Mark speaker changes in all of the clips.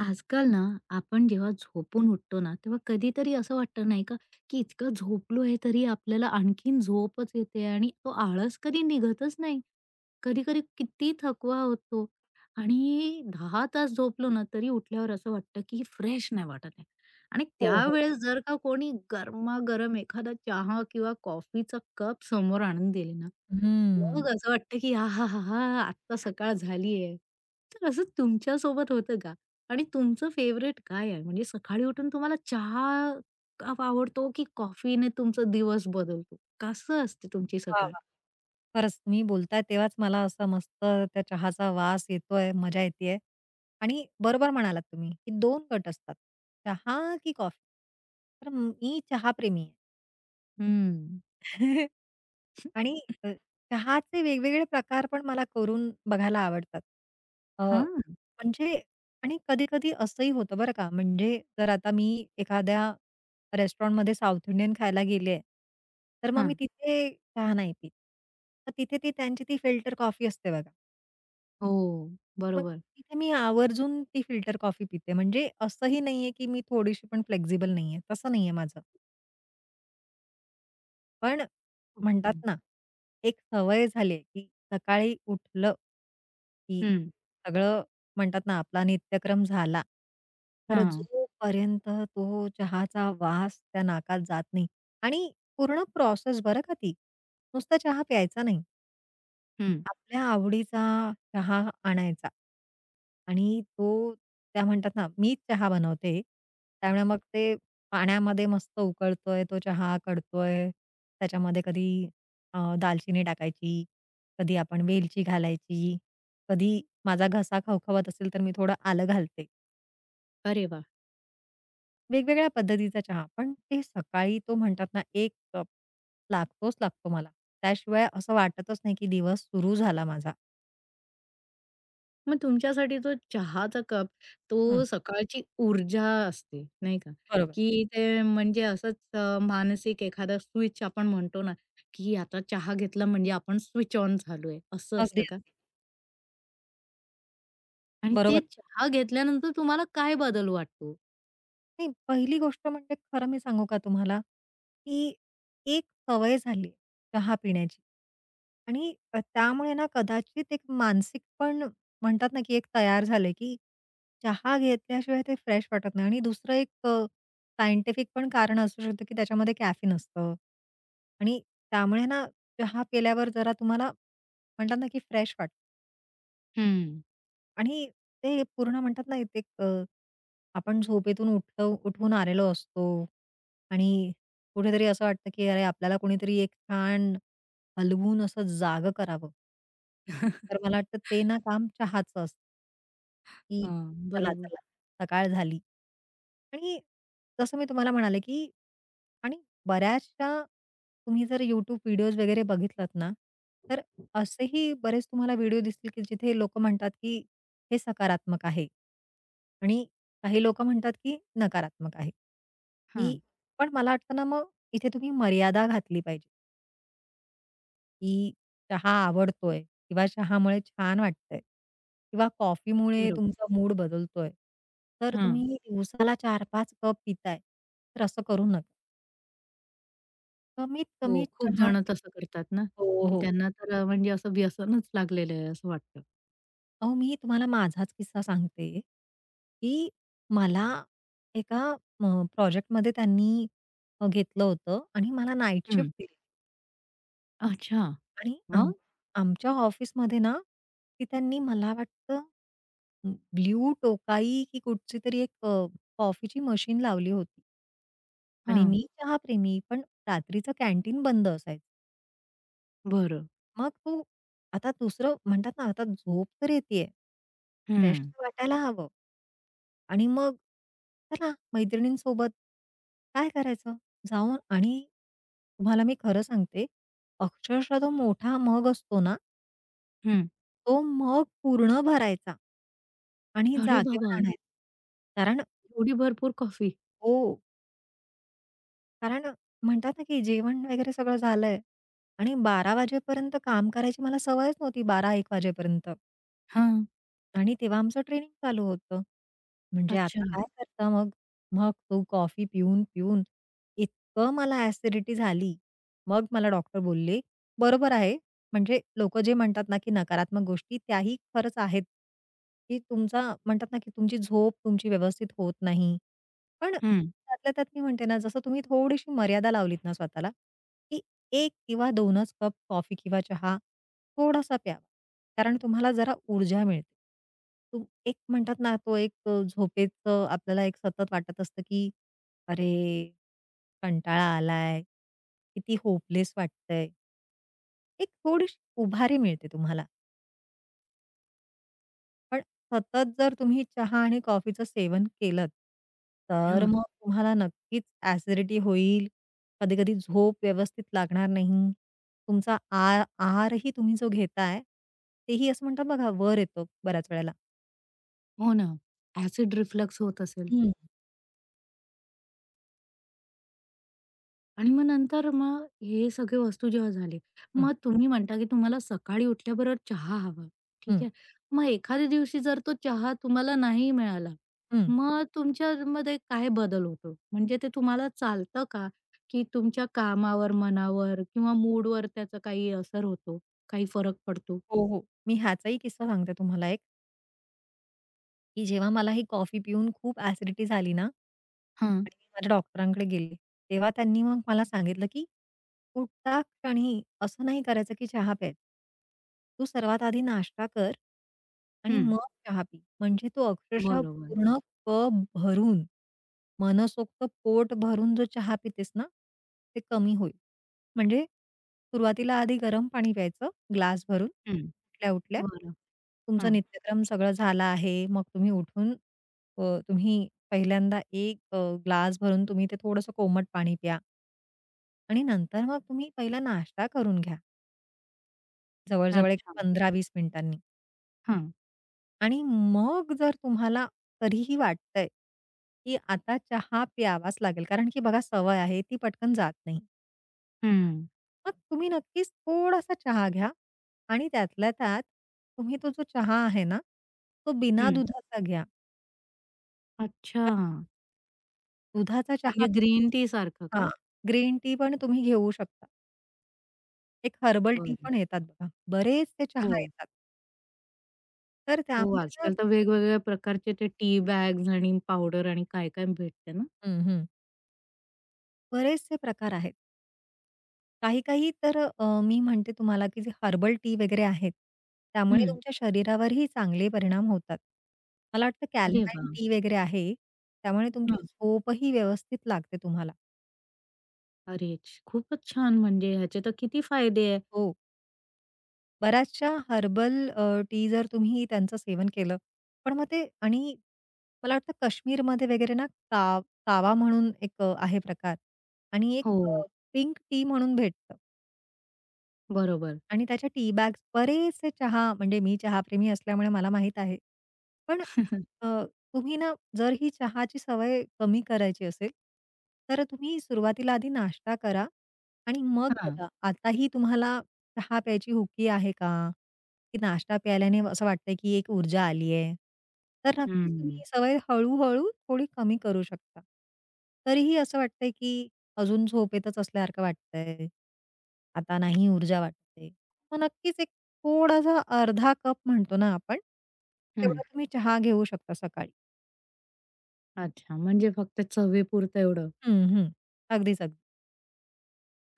Speaker 1: आजकाल ना, आपण जेव्हा झोपून उठतो ना, तेव्हा कधीतरी असं वाटतं नाही का, की इतकं झोपलोय तरी आपल्याला आणखीन झोपच येते आणि तो आळस कधी निघतच नाही. कधी-कधी किती थकवा होतो आणि 10 तास झोपलो ना, तरी उठल्यावर असं वाटतं की फ्रेश नाही वाटत आहे. आणि
Speaker 2: हो, हो.
Speaker 1: त्यावेळेस जर का कोणी गरमागरम एखादा चहा किंवा कॉफीचा कप समोर आणून दिले ना, मग
Speaker 2: हं.
Speaker 1: असं वाटतं की आहाहाहा! आत्ता सकाळ झालीये. तर असं तुमच्यासोबत होतं का? आणि तुमचं फेव्हरेट काय आहे? म्हणजे सकाळी उठून तुम्हाला चहा कप आवडतो की कॉफीने तुमचा दिवस बदलतो? कसं असते तुमची
Speaker 2: वाह,
Speaker 1: सकाळ?
Speaker 2: वाह! खरंच तुम्ही बोलताय तेव्हाच मला असा मस्त त्या चहाचा वास येतोय, मजा येतीये आणि बरोबर म्हणालात, की दोन गट असतात चहामी
Speaker 1: हं.
Speaker 2: आणि अ, चहाचे वेगवेगळे प्रकार पण मला करून बघायला आवडतात. अ,
Speaker 1: हां,
Speaker 2: म्हणजे आणि कधी-कधी असंही होतं बरं का, म्हणजे जर आता मी एखाद्या रेस्टॉरंटमध्ये साउथ इंडियन खायला गेलीये, तर मग मी
Speaker 1: हां.
Speaker 2: तिथे चहा नाही पीत. तर तिथे ती त्यांची ती फिल्टर कॉफी असते बघा.
Speaker 1: हो,
Speaker 2: मग
Speaker 1: बरोबर.
Speaker 2: तिथे मी आवर्जून ती फिल्टर कॉफी पिते. म्हणजे असंही नाहीये, की मी थोडीशी पण फ्लेक्सिबल नाहीये. तसं नाहीये माझं. पण म्हणतात ना, एक सवय झाली आहे, की सकाळी उठलं, की
Speaker 1: हं,
Speaker 2: सगळं म्हणतात ना, आपला नित्यक्रम झाला, तर
Speaker 1: हां,
Speaker 2: जोपर्यंत तो चहाचा वास त्या नाकात जात नाही आणि पूर्ण प्रोसेस बरं का ती. नुसता चहा प्यायचा नाही.
Speaker 1: हं.
Speaker 2: आपल्या आवडीचा चहा आणायचा आणि तो त्या म्हणतात ना, मीच चहा बनवते. त्यामुळे मग ते पाण्यामध्ये मस्त उकळतोय, तो चहा कडतोय. त्याच्यामध्ये कधी दालचिनी टाकायची, कधी आपण वेलची घालायची, कधी माझा घसा खवखवत असेल, तर मी थोडं आलं घालते.
Speaker 1: अरे वाह!
Speaker 2: वेगवेगळ्या पद्धतीचा चहा. पण ते सकाळी तो म्हणतात ना, 1 कप लागतोच लागतो मला. त्याशिवाय असं वाटतच नाही, की दिवस सुरू झाला माझा.
Speaker 1: मग तुमच्यासाठी तो चहाचा कप,
Speaker 2: हं.
Speaker 1: तो सकाळची ऊर्जा असते, नाही का?
Speaker 2: बरोबर.
Speaker 1: की ते म्हणजे असंच मानसिक एखादा स्विच आपण म्हणतो ना, की आता चहा घेतला म्हणजे आपण स्विच ऑन झालोय, असं
Speaker 2: अगदी.
Speaker 1: असतं का?
Speaker 2: अगदी.
Speaker 1: आणि ते
Speaker 2: बरोबर.
Speaker 1: चहा घेतल्यानंतर तुम्हाला काय बदल वाटतो?
Speaker 2: नाही, पहिली गोष्ट म्हणजे खरं मी सांगू का तुम्हाला, की एक सवय झाली आहे चहा पिण्याची आणि त्यामुळे ना कदाचित एक मानसिक पण म्हणतात ना, की एक तयार झालंय, की चहा घेतल्याशिवाय ते फ्रेश वाटत नाही आणि दुसरं एक सायंटिफिक पण कारण असू शकतं, की त्याच्यामध्ये कॅफीन असतं आणि त्यामुळे ना चहा केल्यावर जरा तुम्हाला म्हणतात ना, की फ्रेश वाटतं
Speaker 1: हं.
Speaker 2: आणि ते पूर्ण म्हणतात ना, एक आपण झोपेतून उठलो उठून आलेलो असतो आणि कुठेतरी असं वाटतं, की अरे, आपल्याला कोणीतरी एक छान हलवून असं जाग करावं. तर मला वाटतं ते ना काम चहाचं असतं. की
Speaker 1: हां.
Speaker 2: चला,
Speaker 1: बरोबर.
Speaker 2: चला सकाळ झाली. आणि जसं मी तुम्हाला म्हणाले, की आणि बऱ्याचशा तुम्ही जर YouTube व्हिडिओज वगैरे बघितलात ना, तर असेही बरेच तुम्हाला व्हिडिओ दिसतील, की जिथे लोकं म्हणतात, की हे सकारात्मक आहे. आणि काही लोकं म्हणतात, की नकारात्मक आहे. की
Speaker 1: हां.
Speaker 2: पण मला वाटतं ना, मग इथे तुम्ही मर्यादा घातली पाहिजे. की चहा आवडतोय किंवा चहामुळे छान वाटतंय किंवा कॉफीमुळे
Speaker 1: बरोबर.
Speaker 2: तुमचा मूड बदलतोय. तर
Speaker 1: हां.
Speaker 2: तुम्ही दिवसाला 4-5 कप पिताय, तर असं करू नका. कमीत कमी
Speaker 1: हो. खूप
Speaker 2: चहा
Speaker 1: जण तसं करतात ना,
Speaker 2: हो,
Speaker 1: की
Speaker 2: हो.
Speaker 1: त्यांना तर म्हणजे असं व्यसनच लागलेलं आहे असं वाटतं.
Speaker 2: अहो, मी तुम्हाला माझाच किस्सा सांगते, की मला एका अ, प्रोजेक्टमध्ये त्यांनी घेतलं होतं आणि मला नाईट
Speaker 1: हं.
Speaker 2: शिफ्ट
Speaker 1: अच्छा.
Speaker 2: आणि
Speaker 1: मग?
Speaker 2: आमच्या ऑफिसमध्ये ना, ती त्यांनी मला वाटतं ब्लू टोकाई की कुठची तरी एक कॉफीची मशीन लावली होती आणि
Speaker 1: हां.
Speaker 2: मी चहा प्रेमी पण रात्रीचं कॅन्टीन बंद असायचं.
Speaker 1: बरं.
Speaker 2: मग तो आता दुसरं म्हणतात ना, आता झोप तर येतेय, फ्रेश
Speaker 1: हं.
Speaker 2: तर वाटायला हवं आणि मग चला मैत्रिणींसोबत काय करायचं? जाऊन आणि तुम्हाला मी खरं सांगते, अक्षरशः तो मोठा मग असतो ना
Speaker 1: हं.
Speaker 2: तो मग पूर्ण भरायचा आणि
Speaker 1: अरे
Speaker 2: जागेवर
Speaker 1: बाबा!
Speaker 2: आणायचा. कारण
Speaker 1: एवढी भरपूर कॉफी?
Speaker 2: हो, कारण म्हणतात ना, की जेवण वगैरे सगळं झालंय आणि 12 वाजेपर्यंत काम करायची मला सवयच नव्हती 12-1 वाजेपर्यंत.
Speaker 1: हां.
Speaker 2: आणि तेव्हा आमचं ट्रेनिंग चालू होतं. म्हणजे
Speaker 1: अच्छा.
Speaker 2: आता काय करता मग? मग तो कॉफी पिऊन-पिऊन इतकं मला ॲसिडिटी झाली. मग मला डॉक्टर बोलले, "बरोबर आहे." म्हणजे लोकं जे म्हणतात ना, की नकारात्मक गोष्टी त्याही खरंच आहेत, की तुमचा म्हणतात ना, की तुमची झोप तुमची व्यवस्थित होत नाही. पण
Speaker 1: हं.
Speaker 2: त्यातल्या त्यात मी म्हणते ना, जसं तुम्ही थोडीशी मर्यादा लावलीत ना स्वतःला, की 1 किंवा 2च कप कॉफी किंवा चहा थोडासा प्यावा. कारण तुम्हाला जरा ऊर्जा मिळते. एक म्हणतात ना, तो एक झोपेचं आपल्याला एक सतत वाटत असतं, की "अरे, कंटाळा आलाय, किती होपलेस वाटतंय." एक थोडीशी उभारी मिळते तुम्हाला. पण सतत जर तुम्ही चहा आणि कॉफीचं सेवन केलंत, तर
Speaker 1: हां.
Speaker 2: मग तुम्हाला नक्कीच ॲसिडिटी होईल. कधी-कधी झोप व्यवस्थित लागणार नाही. तुमचा आहारही तुम्ही जो घेताय, तेही असं म्हणतात बघा वर येतो बऱ्याच वेळेला.
Speaker 1: हो ना. ॲसिड रिफ्लक्स होत असेल
Speaker 2: हं.
Speaker 1: आणि मग नंतर मग हे सगळे वस्तू जेव्हा झाले,
Speaker 2: हं,
Speaker 1: मग तुम्ही म्हणता की तुम्हाला सकाळी उठल्याबरोबर चहा हवा, ठीक
Speaker 2: हं,
Speaker 1: आहे. मग एखाद्या दिवशी जर तो चहा तुम्हाला नाही मिळाला,
Speaker 2: हं.
Speaker 1: मग तुमच्यामध्ये काय बदल होतो? म्हणजे ते तुम्हाला चालतं का? की तुमच्या कामावर, मनावर किंवा मूडवर त्याचा काही असर होतो? काही फरक पडतो?
Speaker 2: हो, हो. मी ह्याचाही किस्सा सांगते तुम्हाला एक, की जेव्हा मला ही कॉफी पिऊन खूप ॲसिडिटी झाली ना आणि
Speaker 1: हां.
Speaker 2: मी माझ्या डॉक्टरांकडे गेले. तेव्हा त्यांनी मग मला सांगितलं, की "कुठच्या क्षणी असं नाही करायचं, की चहा प्यायचा. तू सर्वात आधी नाश्ता कर आणि
Speaker 1: हं.
Speaker 2: मग चहा पी." म्हणजे तू अक्षरशः
Speaker 1: बरोबर.
Speaker 2: पूर्ण कप भरून, मनसोक्त पोट भरून जो चहा पितेस ना, ते कमी होईल. म्हणजे सुरुवातीला आधी गरम पाणी प्यायचं ग्लास भरून
Speaker 1: हं.
Speaker 2: उठल्या-उठल्या.
Speaker 1: बरं.
Speaker 2: तुमचा
Speaker 1: हं.
Speaker 2: नित्यक्रम सगळं झाला आहे. मग तुम्ही उठून तुम्ही पहिल्यांदा 1 ग्लास भरून तुम्ही ते थोडंसं कोमट पाणी प्या आणि नंतर मग तुम्ही पहिला नाश्ता करून घ्या, जवळ-जवळ एक
Speaker 1: अच्छा.
Speaker 2: 15-20 मिनिटांनी
Speaker 1: हं.
Speaker 2: आणि मग जर तुम्हाला तरीही वाटतंय, की आता चहा प्यावाच लागेल, कारण की बघा सवय आहे ती पटकन जात नाही.
Speaker 1: हं.
Speaker 2: मग तुम्ही नक्कीच थोडासा चहा घ्या आणि त्यातल्या त्यात तुम्ही तो जो चहा आहे ना, तो बिना
Speaker 1: हं.
Speaker 2: दुधाचा घ्या.
Speaker 1: अच्छा.
Speaker 2: दुधाचा चहा
Speaker 1: म्हणजे ग्रीन टी सारखं
Speaker 2: हां,
Speaker 1: का?
Speaker 2: ग्रीन टी पण तुम्ही घेऊ शकता. एक हर्बल टी
Speaker 1: बरं.
Speaker 2: पण येतात बघा. बरेचसे चहा
Speaker 1: हो.
Speaker 2: येतात. तर
Speaker 1: हो.
Speaker 2: त्यामुळे ना
Speaker 1: आजकाल तर वेगवेगळ्या प्रकारचे ते टी बॅग्स आणि पावडर आणि काय-काय भेटते ना?
Speaker 2: हं, हं. बरेचसे प्रकार आहेत. काही-काही तर मी म्हणते तुम्हाला, की जे हर्बल टी वगैरे आहेत, त्यामुळे
Speaker 1: हं.
Speaker 2: तुमच्या शरीरावरही चांगले परिणाम होतात. मला वाटतं
Speaker 1: अरे
Speaker 2: कॅलमॅन
Speaker 1: वाह!
Speaker 2: टी वगैरे आहे, त्यामुळे तुमची
Speaker 1: हं.
Speaker 2: झोपही व्यवस्थित लागते तुम्हाला.
Speaker 1: अरे, खूपच छान. म्हणजे ह्याचे तर किती फायदे आहे.
Speaker 2: हो. बऱ्याचशा हर्बल टी जर तुम्ही त्यांचं सेवन केलं, पण मग ते आणि मला वाटतं काश्मीरमध्ये वगैरे ना कावा म्हणून एक आहे प्रकार आणि एक
Speaker 1: हो.
Speaker 2: पिंक टी म्हणून भेटतं.
Speaker 1: बरोबर.
Speaker 2: आणि त्याच्या टी बॅग्स बरेचसे चहा म्हणजे मी चहाप्रेमी असल्यामुळे मला माहीत आहे. पण अ, तुम्ही ना जर ही चहाची सवय कमी करायची असेल, तर तुम्ही सुरुवातीला आधी नाश्ता करा आणि मग
Speaker 1: हां.
Speaker 2: बघा आताही तुम्हाला चहा प्यायची हुकी आहे का? की नाश्ता प्यायल्याने असं वाटतंय की एक ऊर्जा आली आहे. तर नक्कीच तुम्ही
Speaker 1: हं.
Speaker 2: ही सवय हळू थोडी कमी करू शकता. तरीही असं वाटतंय की अजून झोपेतच असल्यासारखं वाटतंय. आता नाही ऊर्जा वाटते. मग नक्कीच एक थोडासा अर्धा कप म्हणतो ना आपण,
Speaker 1: हं.
Speaker 2: तेवढा तुम्ही चहा घेऊ शकता सकाळी.
Speaker 1: अच्छा. म्हणजे फक्त चवीपुरतं एवढं.
Speaker 2: हं, हं. अगदीच, अगदी.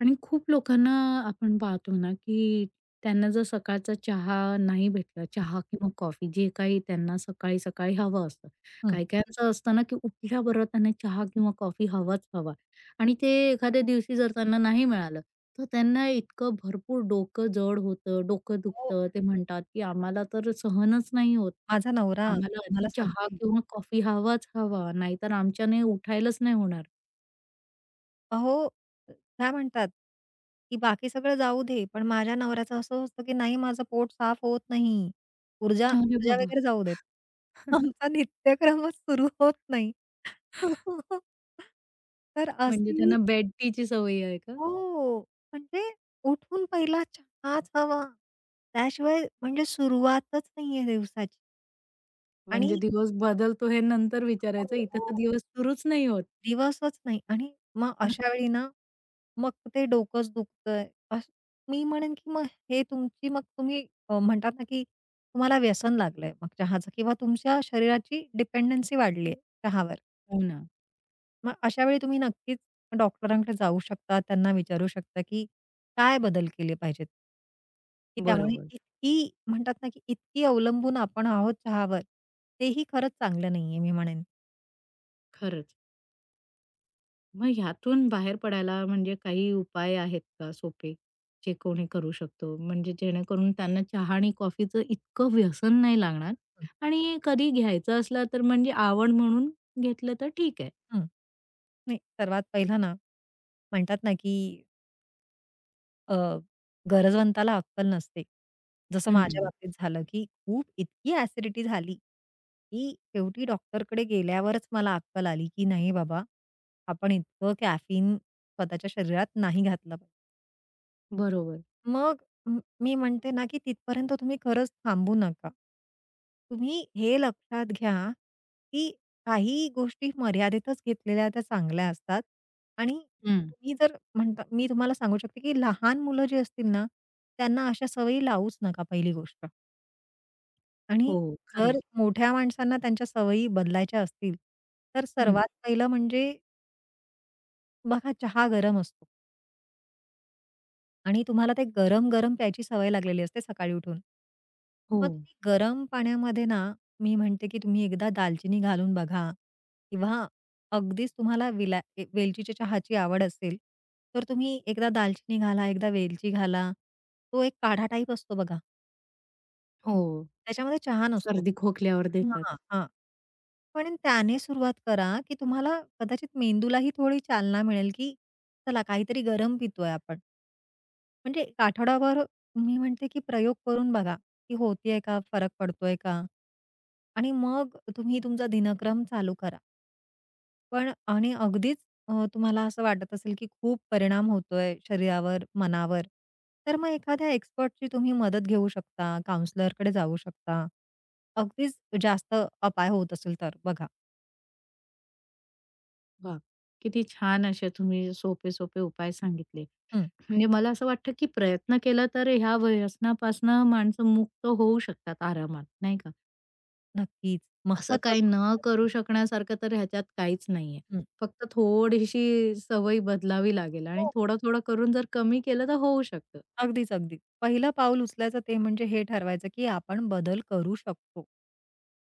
Speaker 1: आणि खूप लोकांना आपण पाहतो ना, की त्यांना जर सकाळचा चहा नाही भेटला,
Speaker 2: हं,
Speaker 1: चहा किंवा कॉफी जे काही त्यांना सकाळी-सकाळी हवं असतं. हं.
Speaker 2: हं.
Speaker 1: काही-काहींचं असतं ना, की उठल्याबरोबर त्यांना चहा किंवा कॉफी हवाच हवा आणि ते एखाद्या दिवशी जर त्यांना नाही मिळालं, तर त्यांना इतकं भरपूर डोकं जड होतं, डोकं
Speaker 2: अहो,
Speaker 1: दुखतं. ते म्हणतात, की आम्हाला तर सहनच नाही होत.
Speaker 2: माझा नवरा मी
Speaker 1: आम्हाला आधी
Speaker 2: तुम्हाला
Speaker 1: चहा
Speaker 2: सांगते
Speaker 1: किंवा कॉफी हवाच हवा, नाहीतर आमच्याने उठायलाच नाही होणार.
Speaker 2: अहो, काय म्हणतात, की बाकी सगळं जाऊ दे, पण माझ्या नवऱ्याचं असं असतं, की नाही माझं पोट साफ होत नाही. ऊर्जा
Speaker 1: अरे
Speaker 2: ऊर्जा
Speaker 1: बाबा!
Speaker 2: वगैरे जाऊ देत. आमचा नित्यक्रमच सुरू होत नाही. तर
Speaker 1: म्हणजे
Speaker 2: असेही
Speaker 1: त्यांना बेड टीची सवय आहे का?
Speaker 2: हो. म्हणजे उठून पहिला चहाच हवा. त्याशिवाय म्हणजे सुरुवातच नाहीये दिवसाची आणि
Speaker 1: म्हणजे दिवस बदलतो हे नंतर
Speaker 2: हो,
Speaker 1: विचारायचं. इथे
Speaker 2: हो.
Speaker 1: तर दिवस सुरूच नाही होत.
Speaker 2: दिवसच नाही आणि मग अशा वेळी ना, मग ते डोकंच दुखतंय. असं मी म्हणेन की मग हे तुमची मग तुम्ही म्हणतात ना, की तुम्हाला व्यसन लागलंय मग चहाचं किंवा तुमच्या शरीराची डिपेंडन्सी वाढली आहे चहावर.
Speaker 1: हो ना.
Speaker 2: मग अशा वेळी तुम्ही नक्कीच डॉक्टरांकडे जाऊ शकता. त्यांना विचारू शकता, की काय बदल केले पाहिजेत? की त्यामुळे
Speaker 1: बरोबर.
Speaker 2: इतकी म्हणतात ना, की इतकी अवलंबून आपण आहोत चहावर, तेही खरंच चांगलं नाहीये मी म्हणेन.
Speaker 1: खरंच. मग ह्यातून बाहेर पडायला म्हणजे काही उपाय आहेत का सोपे? जे कोणी करू शकतो? म्हणजे जेणेकरून त्यांना चहा आणि कॉफीचं इतकं व्यसन नाही लागणार
Speaker 2: हं,
Speaker 1: आणि कधी घ्यायचं असला तर म्हणजे आवड म्हणून घेतलं तर ठीक आहे.
Speaker 2: हं. नाही सर्वात पहिला ना, म्हणतात ना, की अ, गरजवंताला अक्कल नसते. जसं माझ्या
Speaker 1: हं.
Speaker 2: बाबतीत झालं, की खूप इतकी ॲसिडिटी झाली, की शेवटी डॉक्टरकडे गेल्यावरच मला अक्कल आली, की नाही बाबा, आपण इतकं कॅफीन स्वतःच्या शरीरात नाही घातलं पाहिजे.
Speaker 1: बरोबर.
Speaker 2: मग मी म्हणते ना, की तिथपर्यंत तुम्ही खरंच थांबू नका. तुम्ही हे लक्षात घ्या, की काही गोष्टी मर्यादेतच घेतलेल्या त्या चांगल्या असतात आणि
Speaker 1: हं.
Speaker 2: तुम्ही जर म्हणता मी तुम्हाला सांगू शकते, की लहान मुलं जी असतील ना, त्यांना अशा सवयी लावूच नका पहिली गोष्ट आणि
Speaker 1: हो,
Speaker 2: जर
Speaker 1: खरंच.
Speaker 2: मोठ्या माणसांना त्यांच्या सवयी बदलायच्या असतील, तर
Speaker 1: हं.
Speaker 2: सर्वात पहिलं म्हणजे बघा चहा गरम असतो. आणि तुम्हाला ते गरम-गरम प्यायची सवय लागलेली असते सकाळी उठून.
Speaker 1: हो.
Speaker 2: मग तुम्ही गरम पाण्यामध्ये ना, मी म्हणते की तुम्ही एकदा दालचिनी घालून बघा किंवा अगदीच तुम्हाला विला ए वेलचीच्या चहाची आवड असेल, तर तुम्ही एकदा दालचिनी घाला, एकदा वेलची घाला. तो एक काढा टाईप असतो बघा,
Speaker 1: हो.
Speaker 2: त्याच्यामध्ये चहा नसतो.
Speaker 1: सर्दी खोकल्यावर देतात.
Speaker 2: हां, हां. पण त्याने सुरुवात करा, की तुम्हाला कदाचित मेंदूलाही थोडी चालना मिळेल, की चला काहीतरी गरम पितोय आपण. म्हणजे एक आठवडाभर मी म्हणते, की प्रयोग करून बघा, की होतीये का? फरक पडतोय का? आणि मग तुम्ही तुमचा दिनक्रम चालू करा. पण आणि अगदीच तुम्हाला असं वाटत असेल, की खूप परिणाम होतोय शरीरावर, मनावर, तर मग एखाद्या एक्सपर्टची तुम्ही मदत घेऊ शकता, काउंसलरकडे जाऊ शकता. अगदीच जास्त अपाय होत असेल तर बघा.
Speaker 1: वाह! किती छान असे तुम्ही सोपे-सोपे उपाय सांगितले.
Speaker 2: हं,
Speaker 1: म्हणजे मला असं वाटतं, की प्रयत्न केला तर ह्या व्यसनापासनं माणसं मुक्त होऊ शकतात आरामात, नाही का?
Speaker 2: नक्कीच
Speaker 1: असं
Speaker 2: महत्वाचा
Speaker 1: काही न
Speaker 2: मुद्दा सांगितला.
Speaker 1: करू शकण्यासारखं तर ह्याच्यात काहीच नाहीये.
Speaker 2: हं.
Speaker 1: फक्त थोडीशी सवय बदलावी लागेल आणि
Speaker 2: हो
Speaker 1: थोडं-थोडं करून जर कमी केलं तर होऊ शकतं.
Speaker 2: अगदीच, अगदी. पहिलं पाऊल उचलायचं ते म्हणजे हे ठरवायचं, की आपण बदल करू शकतो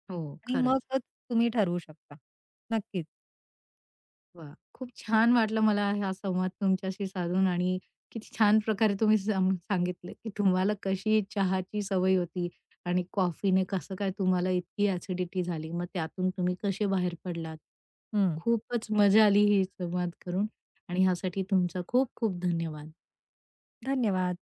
Speaker 1: हो,
Speaker 2: आणि
Speaker 1: खरंच.
Speaker 2: मगच तुम्ही ठरवू शकता. नक्कीच.
Speaker 1: वाह! खूप छान वाटलं मला हा संवाद तुमच्याशी साधून आणि किती छान प्रकारे तुम्ही सम सांगितलं, की तुम्हाला कशी चहाची सवय होती आणि कॉफीने कसं काय तुम्हाला इतकी ॲसिडिटी झाली. मग त्यातून तुम्ही कसे बाहेर पडलात.
Speaker 2: हं.
Speaker 1: खूपच मजा आली ही संवाद करून आणि ह्यासाठी तुमचा खूप खूप धन्यवाद.
Speaker 2: धन्यवाद.